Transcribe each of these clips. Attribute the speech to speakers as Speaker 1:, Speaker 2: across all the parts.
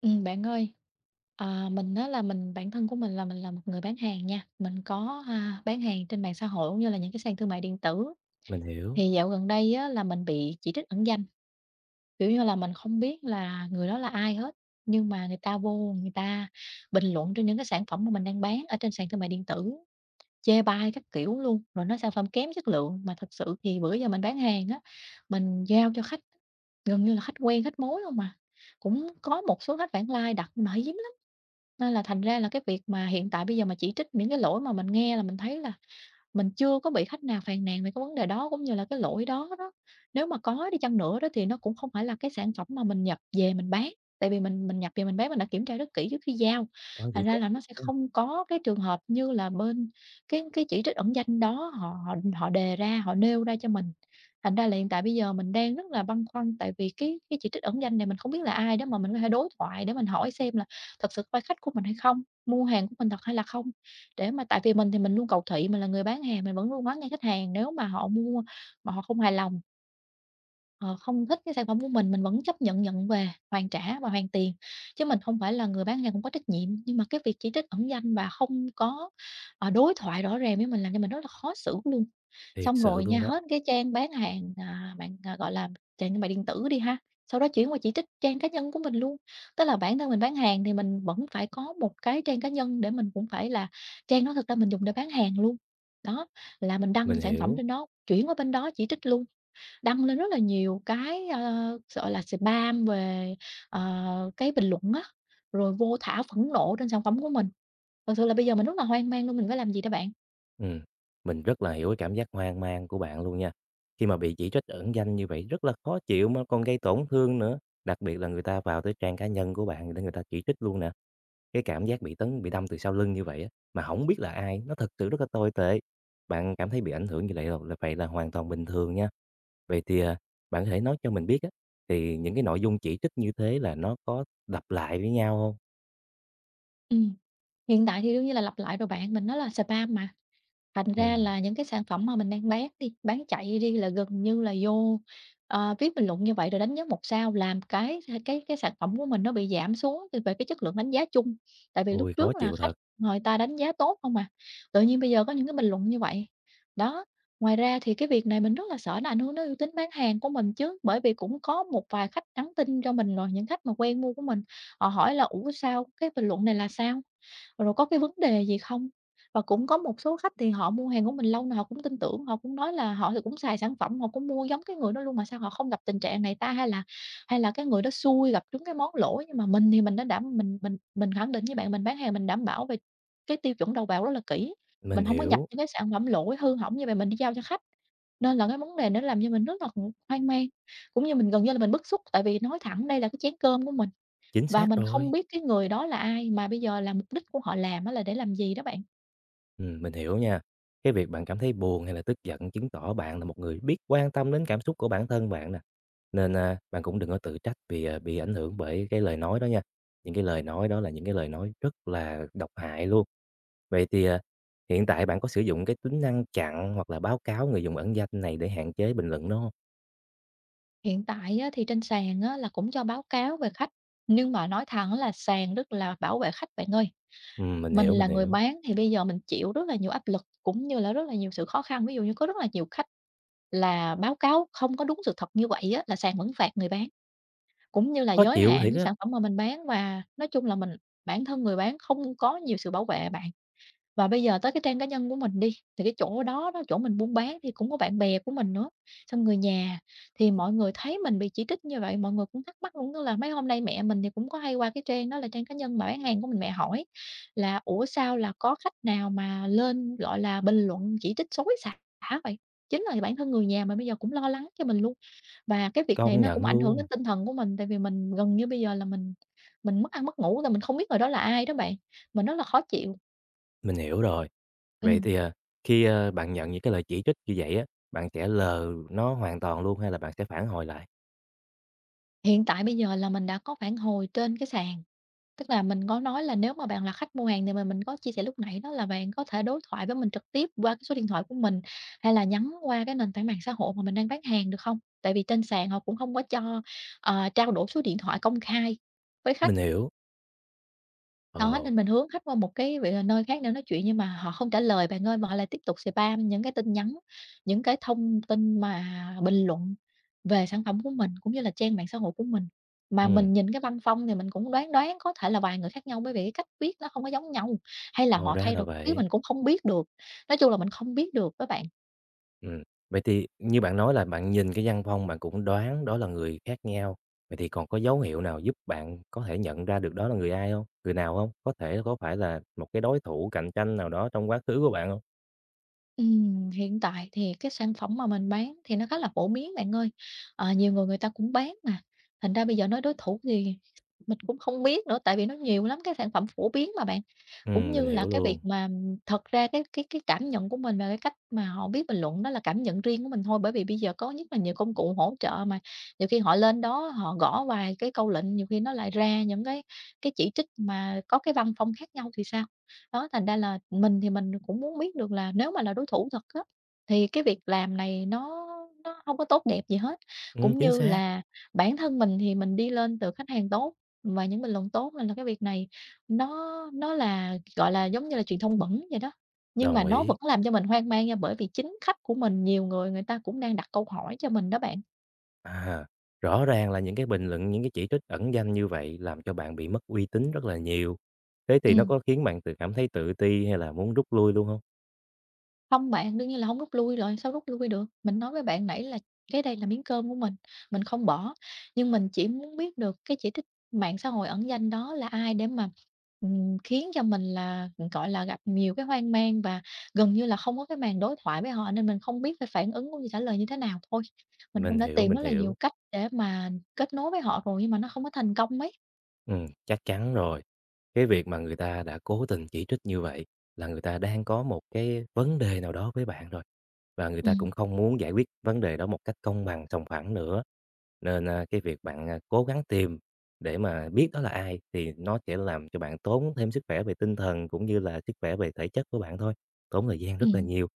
Speaker 1: Bạn ơi, mình đó là mình bản thân của mình là một người bán hàng nha. Mình có, bán hàng trên mạng xã hội cũng như là những cái sàn thương mại điện tử.
Speaker 2: Mình hiểu,
Speaker 1: Thì dạo gần đây á là mình bị chỉ trích ẩn danh, kiểu như là, mình không biết là người đó là ai hết, nhưng mà người ta vô người ta bình luận trên những cái sản phẩm mà mình đang bán ở trên sàn thương mại điện tử. Chê bai các kiểu luôn, rồi nói sản phẩm kém chất lượng. Mà thật sự thì bữa giờ mình bán hàng á, mình giao cho khách gần như là khách quen, khách mối không mà. Cũng có một số khách vãng lai đặt nhưng mà hiếm lắm, nên là thành ra là cái việc mà hiện tại bây giờ mà chỉ trích những cái lỗi mà mình nghe là mình thấy là mình chưa có bị khách nào phàn nàn về cái vấn đề đó cũng như là cái lỗi đó đó. Nếu mà có đi chăng nữa đó thì nó cũng không phải là cái sản phẩm mà mình nhập về mình bán, tại vì mình nhập về mình bán mình đã kiểm tra rất kỹ trước khi giao,
Speaker 2: nói
Speaker 1: thành
Speaker 2: vậy
Speaker 1: ra
Speaker 2: có
Speaker 1: là nó
Speaker 2: thiệt
Speaker 1: sẽ
Speaker 2: nha,
Speaker 1: không có cái trường hợp như là bên cái chỉ trích ẩn danh đó họ họ họ đề ra, họ nêu ra cho mình. Thành ra là hiện tại bây giờ mình đang rất là băn khoăn tại vì cái chỉ trích ẩn danh này mình không biết là ai đó mà mình có thể đối thoại để mình hỏi xem là thật sự có phải khách của mình hay không, mua hàng của mình thật hay là không, để mà tại vì mình thì mình luôn cầu thị, mình là người bán hàng, mình vẫn luôn nói ngay khách hàng nếu mà họ mua mà họ không hài lòng, Ờ, không thích cái sản phẩm của mình vẫn chấp nhận nhận về, hoàn trả và hoàn tiền, chứ mình không phải là người bán hàng không có trách nhiệm. Nhưng mà cái việc chỉ trích ẩn danh và không có, đối thoại rõ ràng với mình làm cho mình rất là khó xử luôn.
Speaker 2: thiệt
Speaker 1: Xong
Speaker 2: sự
Speaker 1: rồi nha,
Speaker 2: luôn đó,
Speaker 1: hết cái trang bán hàng, bạn, gọi là, trang thương mại điện tử đi ha, sau đó chuyển qua chỉ trích trang cá nhân của mình luôn. Tức là bản thân mình bán hàng thì mình vẫn phải có một cái trang cá nhân để mình cũng phải là, trang đó thực ra mình dùng để bán hàng luôn. Đó, là mình đăng
Speaker 2: mình
Speaker 1: sản phẩm
Speaker 2: hiểu.
Speaker 1: trên đó, chuyển qua bên đó chỉ trích luôn. Đăng lên rất là nhiều cái, gọi là, spam về, cái bình luận á, rồi vô thả phẫn nộ trên sản phẩm của mình. Thật sự là bây giờ mình rất là hoang mang luôn, mình phải làm gì đây bạn?
Speaker 2: Ừm, mình rất là hiểu cái cảm giác hoang mang của bạn luôn nha. Khi mà bị chỉ trích ẩn danh như vậy rất là khó chịu mà còn gây tổn thương nữa, đặc biệt là người ta vào tới trang cá nhân của bạn để người ta chỉ trích luôn nè. Cái cảm giác bị tấn bị đâm từ sau lưng như vậy á, mà không biết là ai, nó thật sự rất là tồi tệ. Bạn cảm thấy bị ảnh hưởng như vậy là vậy là hoàn toàn bình thường nha. Vậy thì, bạn có thể nói cho mình biết á, thì những cái nội dung chỉ trích như thế là nó có lặp lại với nhau không?
Speaker 1: Ừm, hiện tại thì đương nhiên là lặp lại rồi bạn, mình nói là spam mà. Thành ra
Speaker 2: Ừm.
Speaker 1: là những cái sản phẩm mà mình đang bán đi, bán chạy đi là gần như là vô, viết bình luận như vậy rồi đánh giá một sao, làm cái sản phẩm của mình nó bị giảm xuống về về cái chất lượng đánh giá chung. Tại vì lúc
Speaker 2: Ôi, khó
Speaker 1: trước là
Speaker 2: chịu
Speaker 1: khách
Speaker 2: thật,
Speaker 1: người ta đánh giá tốt không à, tự nhiên bây giờ có những cái bình luận như vậy. Đó, ngoài ra thì cái việc này mình rất là sợ nó ảnh hưởng đến uy tín bán hàng của mình chứ, bởi vì cũng có một vài khách nhắn tin cho mình rồi, những khách mà quen mua của mình, họ hỏi là: "Ủa, sao cái bình luận này là sao? Rồi có cái vấn đề gì không?" Và cũng có một số khách thì họ mua hàng của mình lâu rồi họ cũng tin tưởng, họ cũng nói là họ thì cũng xài sản phẩm, họ cũng mua giống cái người đó luôn mà sao họ không gặp tình trạng này ta? Hay là cái người đó xui gặp trúng cái món lỗi, nhưng mà mình thì mình đã đảm mình khẳng định với bạn, mình bán hàng mình đảm bảo về cái tiêu chuẩn đầu vào rất là kỹ, mình
Speaker 2: mình
Speaker 1: không có nhập
Speaker 2: hiểu,
Speaker 1: những cái sản phẩm lỗi, hư hỏng như vậy mình đi giao cho khách. Nên là cái vấn đề nó làm cho mình rất là hoang mang, cũng như mình gần như là mình bức xúc, tại vì nói thẳng đây là cái chén cơm của mình.
Speaker 2: chính
Speaker 1: Và
Speaker 2: xác
Speaker 1: mình không
Speaker 2: rồi.
Speaker 1: biết cái người đó là ai, mà bây giờ là mục đích của họ làm á là để làm gì đó bạn.
Speaker 2: Mình hiểu nha. Cái việc bạn cảm thấy buồn hay là tức giận chứng tỏ bạn là một người biết quan tâm đến cảm xúc của bản thân bạn nè. Nên, bạn cũng đừng có tự trách vì, bị ảnh hưởng bởi cái lời nói đó nha. Những cái lời nói đó là những cái lời nói rất là độc hại luôn. Vậy thì, hiện tại bạn có sử dụng cái tính năng chặn hoặc là báo cáo người dùng ẩn danh này để hạn chế bình luận nó hông?
Speaker 1: Hiện tại á thì trên sàn á là cũng cho báo cáo về khách, nhưng mà nói thẳng là sàn rất là bảo vệ khách bạn ơi.
Speaker 2: Mình
Speaker 1: Mình
Speaker 2: hiểu, mình
Speaker 1: là người
Speaker 2: hiểu.
Speaker 1: bán thì bây giờ mình chịu rất là nhiều áp lực, cũng như là rất là nhiều sự khó khăn. Ví dụ như có rất là nhiều khách là báo cáo không có đúng sự thật như vậy á, là sàn vẫn phạt người bán, cũng như là
Speaker 2: Khó
Speaker 1: giới
Speaker 2: chịu
Speaker 1: hạn
Speaker 2: thiệt
Speaker 1: cái
Speaker 2: á,
Speaker 1: sản phẩm mà mình bán, và nói chung là mình, bản thân người bán, không có nhiều sự bảo vệ bạn. Và bây giờ tới cái trang cá nhân của mình đi, thì cái chỗ đó đó, chỗ mình buôn bán thì cũng có bạn bè của mình nữa, xong người nhà, thì mọi người thấy mình bị chỉ trích như vậy, mọi người cũng thắc mắc luôn, tức là mấy hôm nay mẹ mình thì cũng có hay qua cái trang đó, là trang cá nhân mà bán hàng của mình, mẹ hỏi là: "Ủa, sao là có khách nào mà lên, gọi là, bình luận chỉ trích xối xả vậy?" Chính là bản thân người nhà mà bây giờ cũng lo lắng cho mình luôn. Và cái việc này
Speaker 2: công
Speaker 1: nó cũng
Speaker 2: nhận
Speaker 1: ảnh hưởng đến
Speaker 2: luôn,
Speaker 1: tinh thần của mình, tại vì mình gần như bây giờ là mình mất ăn mất ngủ, là mình không biết người đó là ai đó bạn, mình rất là khó chịu.
Speaker 2: mình hiểu rồi. Vậy
Speaker 1: Ừm.
Speaker 2: thì, khi, bạn nhận những cái lời chỉ trích như vậy á, bạn sẽ lờ nó hoàn toàn luôn hay là bạn sẽ phản hồi lại?
Speaker 1: Hiện tại bây giờ là mình đã có phản hồi trên cái sàn, tức là mình có nói là nếu mà bạn là khách mua hàng thì mình có chia sẻ lúc nãy đó, là bạn có thể đối thoại với mình trực tiếp qua cái số điện thoại của mình, hay là nhắn qua cái nền tảng mạng xã hội mà mình đang bán hàng được không? Tại vì trên sàn họ cũng không có cho, trao đổi số điện thoại công khai với khách.
Speaker 2: Mình hiểu,
Speaker 1: Đó,
Speaker 2: ồ,
Speaker 1: nên mình hướng khách qua một cái vị, nơi khác để nói chuyện, nhưng mà họ không trả lời bạn ơi, mà họ lại tiếp tục spam những cái tin nhắn, những cái thông tin mà bình luận về sản phẩm của mình, cũng như là trang mạng xã hội của mình. Mà
Speaker 2: ừm,
Speaker 1: mình nhìn cái văn phong thì mình cũng đoán đoán có thể là vài người khác nhau, bởi vì cái cách viết nó không có giống nhau, hay là
Speaker 2: ồ,
Speaker 1: họ
Speaker 2: ra
Speaker 1: thay
Speaker 2: là
Speaker 1: đổi viết
Speaker 2: vậy.
Speaker 1: mình cũng không biết được. Nói chung là mình không biết được đó bạn.
Speaker 2: Ừm, vậy thì như bạn nói là bạn nhìn cái văn phong bạn cũng đoán đó là người khác nhau, vậy thì còn có dấu hiệu nào giúp bạn có thể nhận ra được đó là người ai không, người nào không? Có thể có phải là một cái đối thủ cạnh tranh nào đó trong quá khứ của bạn không?
Speaker 1: Hiện tại thì cái sản phẩm mà mình bán thì nó khá là phổ biến bạn ơi. Nhiều người người ta cũng bán mà, thành ra bây giờ nói đối thủ thì mình cũng không biết nữa, tại vì nó nhiều lắm cái sản phẩm phổ biến mà bạn. Cũng
Speaker 2: Mình
Speaker 1: như là
Speaker 2: hiểu
Speaker 1: cái việc
Speaker 2: luôn.
Speaker 1: mà thật ra cái cảm nhận của mình và cái cách mà họ biết bình luận đó là cảm nhận riêng của mình thôi, bởi vì bây giờ có rất là nhiều công cụ hỗ trợ mà, nhiều khi họ lên đó họ gõ vài cái câu lệnh, nhiều khi nó lại ra những cái chỉ trích mà có cái văn phong khác nhau thì sao? Đó, thành ra là mình thì mình cũng muốn biết được là nếu mà là đối thủ thật á, thì cái việc làm này nó không có tốt đẹp gì hết, cũng
Speaker 2: Chính
Speaker 1: như
Speaker 2: xác,
Speaker 1: là bản thân mình thì mình đi lên từ khách hàng tốt và những bình luận tốt, nên là cái việc này nó nó là, gọi là, giống như là truyền thông bẩn vậy đó. Nhưng mà
Speaker 2: đồng
Speaker 1: nó vẫn
Speaker 2: ý.
Speaker 1: làm cho mình hoang mang nha, bởi vì chính khách của mình nhiều người người ta cũng đang đặt câu hỏi cho mình đó bạn.
Speaker 2: À, rõ ràng là những cái bình luận, những cái chỉ trích ẩn danh như vậy làm cho bạn bị mất uy tín rất là nhiều. Thế thì nó
Speaker 1: Ừm.
Speaker 2: có khiến bạn tự cảm thấy tự ti hay là muốn rút lui luôn không?
Speaker 1: Không bạn, đương nhiên là không rút lui rồi, sao rút lui được. Mình nói với bạn nãy là cái đây là miếng cơm của mình không bỏ, nhưng mình chỉ muốn biết được cái chỉ trích mạng xã hội ẩn danh đó là ai để mà, khiến cho mình là, gọi là, gặp nhiều cái hoang mang và gần như là không có cái màn đối thoại với họ, nên mình không biết phải phản ứng cũng như trả lời như thế nào thôi. Mình cũng
Speaker 2: Mình
Speaker 1: đã
Speaker 2: hiểu,
Speaker 1: tìm
Speaker 2: mình
Speaker 1: rất là nhiều
Speaker 2: hiểu.
Speaker 1: cách để mà kết nối với họ rồi nhưng mà nó không có thành công mấy.
Speaker 2: Chắc chắn rồi. Cái việc mà người ta đã cố tình chỉ trích như vậy là người ta đang có một cái vấn đề nào đó với bạn rồi, và người ta cũng
Speaker 1: Ừm,
Speaker 2: không muốn giải quyết vấn đề đó một cách công bằng, sòng phẳng nữa. Nên, cái việc bạn, cố gắng tìm để mà biết đó là ai thì nó sẽ làm cho bạn tốn thêm sức khỏe về tinh thần cũng như là sức khỏe về thể chất của bạn thôi, tốn thời gian rất là
Speaker 1: ừm,
Speaker 2: nhiều.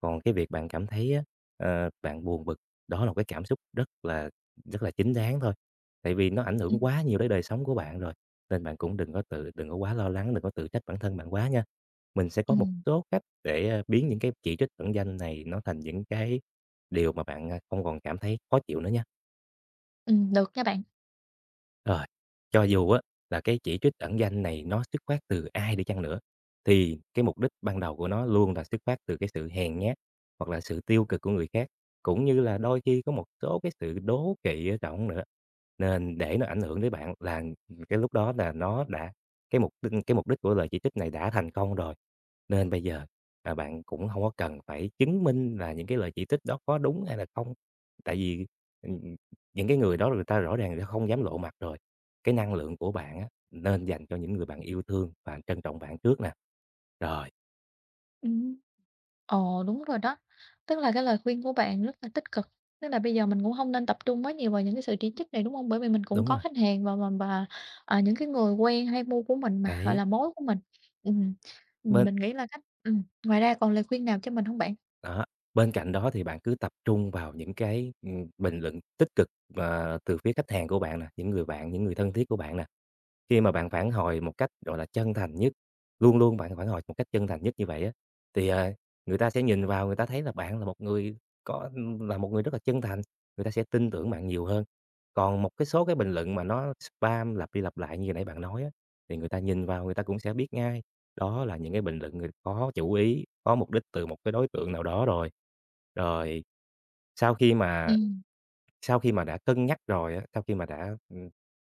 Speaker 2: Còn cái việc bạn cảm thấy á, bạn buồn bực, đó là một cái cảm xúc rất là chính đáng thôi, tại vì nó ảnh hưởng
Speaker 1: ừm,
Speaker 2: quá nhiều đến đời sống của bạn rồi, nên bạn cũng đừng có quá lo lắng, đừng có tự trách bản thân bạn quá nha. Mình sẽ có một
Speaker 1: ừm,
Speaker 2: số cách để, biến những cái chỉ trích ẩn danh này nó thành những cái điều mà bạn, không còn cảm thấy khó chịu nữa nha.
Speaker 1: được nha bạn.
Speaker 2: Rồi, cho dù á là cái chỉ trích ẩn danh này nó xuất phát từ ai đi chăng nữa, thì cái mục đích ban đầu của nó luôn là xuất phát từ cái sự hèn nhát hoặc là sự tiêu cực của người khác, cũng như là đôi khi có một số cái sự đố kỵ ở trong nữa. Nên để nó ảnh hưởng tới bạn là cái lúc đó là nó đã cái mục đích của lời chỉ trích này đã thành công rồi. Nên bây giờ, bạn cũng không có cần phải chứng minh là những cái lời chỉ trích đó có đúng hay là không, tại vì, ừm, những cái người đó người ta rõ ràng đã không dám lộ mặt rồi. Cái năng lượng của bạn á, nên dành cho những người bạn yêu thương và trân trọng bạn trước nè. Rồi,
Speaker 1: Ừm. Ồ, đúng rồi đó. Tức là cái lời khuyên của bạn rất là tích cực. Tức là bây giờ mình cũng không nên tập trung quá nhiều vào những cái sự chỉ trích này, đúng không? Bởi vì mình cũng
Speaker 2: đúng
Speaker 1: có
Speaker 2: rồi,
Speaker 1: khách hàng và, những cái người quen hay mua của mình mà, gọi
Speaker 2: đấy,
Speaker 1: là, mối của mình. Ừm, ừm,
Speaker 2: bên
Speaker 1: mình nghĩ là cách ngoài ra còn lời khuyên nào cho mình không bạn?
Speaker 2: đó, bên cạnh đó thì bạn cứ tập trung vào những cái, bình luận tích cực, từ phía khách hàng của bạn nè, những người bạn, những người thân thiết của bạn nè. Khi mà bạn phản hồi một cách, gọi là, chân thành nhất, luôn luôn bạn phản hồi một cách chân thành nhất như vậy á, thì, người ta sẽ nhìn vào người ta thấy là bạn là một người có là một người rất là chân thành, người ta sẽ tin tưởng bạn nhiều hơn. Còn một cái số cái bình luận mà nó spam lặp đi lặp lại như vừa nãy bạn nói á, thì người ta nhìn vào người ta cũng sẽ biết ngay, đó là những cái bình luận người có chủ ý, có mục đích từ một cái đối tượng nào đó rồi. Rồi, sau khi mà
Speaker 1: Ừm.
Speaker 2: sau khi mà đã cân nhắc rồi á, sau khi mà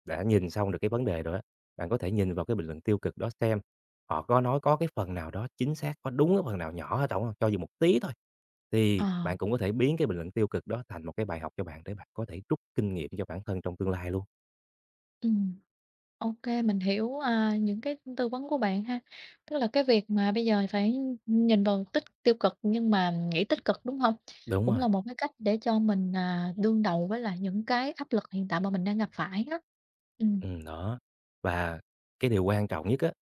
Speaker 2: đã nhìn xong được cái vấn đề rồi á, bạn có thể nhìn vào cái bình luận tiêu cực đó xem họ có nói có cái phần nào đó chính xác, có đúng cái phần nào nhỏ ở trỏng hông? Cho dù một tí thôi,
Speaker 1: Ờ,
Speaker 2: thì bạn cũng có thể biến cái bình luận tiêu cực đó thành một cái bài học cho bạn để bạn có thể rút kinh nghiệm cho bản thân trong tương lai luôn.
Speaker 1: ừm. OK, mình hiểu, những cái tư vấn của bạn ha. Tức là cái việc mà bây giờ phải nhìn vào tích tiêu cực nhưng mà nghĩ tích cực, đúng không?
Speaker 2: Đúng
Speaker 1: Cũng
Speaker 2: rồi.
Speaker 1: là một cái cách để cho mình, đương đầu với lại những cái áp lực hiện tại mà mình đang gặp phải á. Ừ.
Speaker 2: Đó. Và cái điều quan trọng nhất á,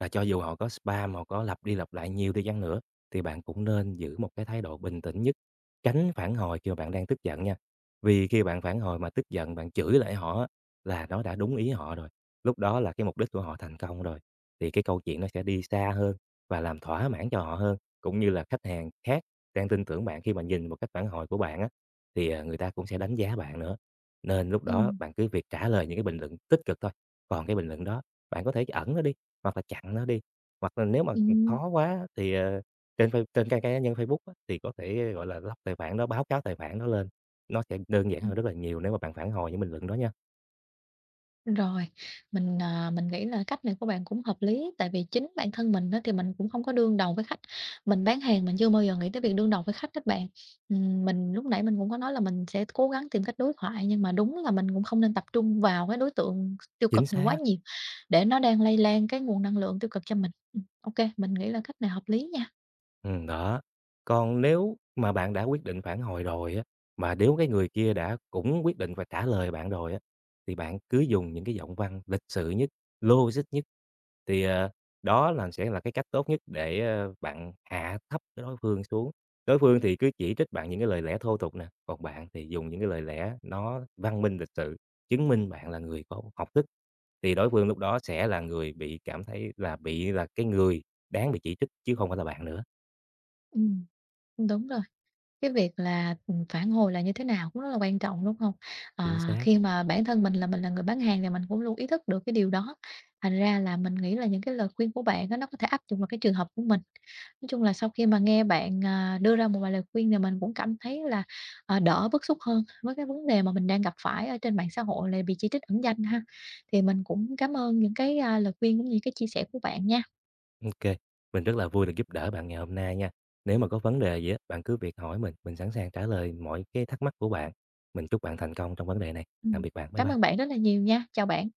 Speaker 2: là cho dù họ có spam, họ có lặp đi lặp lại nhiều đi chăng nữa, thì bạn cũng nên giữ một cái thái độ bình tĩnh nhất, tránh phản hồi khi mà bạn đang tức giận nha. Vì khi bạn phản hồi mà tức giận, bạn chửi lại họ á, là nó đã đúng ý họ rồi, lúc đó là cái mục đích của họ thành công rồi, thì cái câu chuyện nó sẽ đi xa hơn và làm thỏa mãn cho họ hơn. Cũng như là khách hàng khác đang tin tưởng bạn khi mà nhìn một cách phản hồi của bạn á, thì, người ta cũng sẽ đánh giá bạn nữa. Nên lúc đó
Speaker 1: Ừm,
Speaker 2: bạn cứ việc trả lời những cái bình luận tích cực thôi, còn cái bình luận đó bạn có thể ẩn nó đi, hoặc là chặn nó đi, hoặc là nếu mà,
Speaker 1: ừm.
Speaker 2: khó quá thì, trên phây trên trang cá nhân Facebook á, thì có thể, gọi là, block tài khoản đó, báo cáo tài khoản đó lên, nó sẽ đơn giản hơn rất là nhiều nếu mà bạn phản hồi những bình luận đó nha.
Speaker 1: Rồi, mình nghĩ là cách này của bạn cũng hợp lý, tại vì chính bản thân mình đó thì mình cũng không có đương đầu với khách. Mình bán hàng mình chưa bao giờ nghĩ tới việc đương đầu với khách các bạn. Mình lúc nãy mình cũng có nói là mình sẽ cố gắng tìm cách đối thoại, nhưng mà đúng là mình cũng không nên tập trung vào cái đối tượng tiêu cực
Speaker 2: Chính
Speaker 1: này quá
Speaker 2: xác.
Speaker 1: nhiều, để nó đang lây lan cái nguồn năng lượng tiêu cực cho mình. Ô mình nghĩ là cách này hợp lý nha.
Speaker 2: Đó. Còn nếu mà bạn đã quyết định phản hồi rồi á, mà nếu cái người kia đã cũng quyết định và trả lời bạn rồi á, thì bạn cứ dùng những cái giọng văn lịch sự nhất, logic nhất. Thì, đó là sẽ là cái cách tốt nhất để, bạn hạ thấp cái đối phương xuống. Đối phương thì cứ chỉ trích bạn những cái lời lẽ thô tục nè, còn bạn thì dùng những cái lời lẽ nó văn minh lịch sự, chứng minh bạn là người có học thức, thì đối phương lúc đó sẽ là người bị cảm thấy là là cái người đáng bị chỉ trích chứ không phải là bạn nữa.
Speaker 1: Ừm, đúng rồi. Cái việc là, phản hồi là như thế nào cũng rất là quan trọng, đúng không? Ờ,
Speaker 2: Chính xác.
Speaker 1: khi mà bản thân mình là người bán hàng thì mình cũng luôn ý thức được cái điều đó, thành ra là mình nghĩ là những cái lời khuyên của bạn á, nó có thể áp dụng vào cái trường hợp của mình. Nói chung là sau khi mà nghe bạn, đưa ra một vài lời khuyên thì mình cũng cảm thấy là, đỡ bức xúc hơn với cái vấn đề mà mình đang gặp phải ở trên mạng xã hội là bị chỉ trích ẩn danh ha. Thì mình cũng cảm ơn những cái, lời khuyên cũng như cái chia sẻ của bạn nha.
Speaker 2: OK, mình rất là vui được giúp đỡ bạn ngày hôm nay nha. Nếu mà có vấn đề gì á, bạn cứ việc hỏi mình sẵn sàng trả lời mọi cái thắc mắc của bạn. Mình chúc bạn thành công trong vấn đề này. Tạm
Speaker 1: Ừm,
Speaker 2: biệt bạn. Bye
Speaker 1: cám ơn
Speaker 2: bye.
Speaker 1: bạn rất là nhiều nha, chào bạn.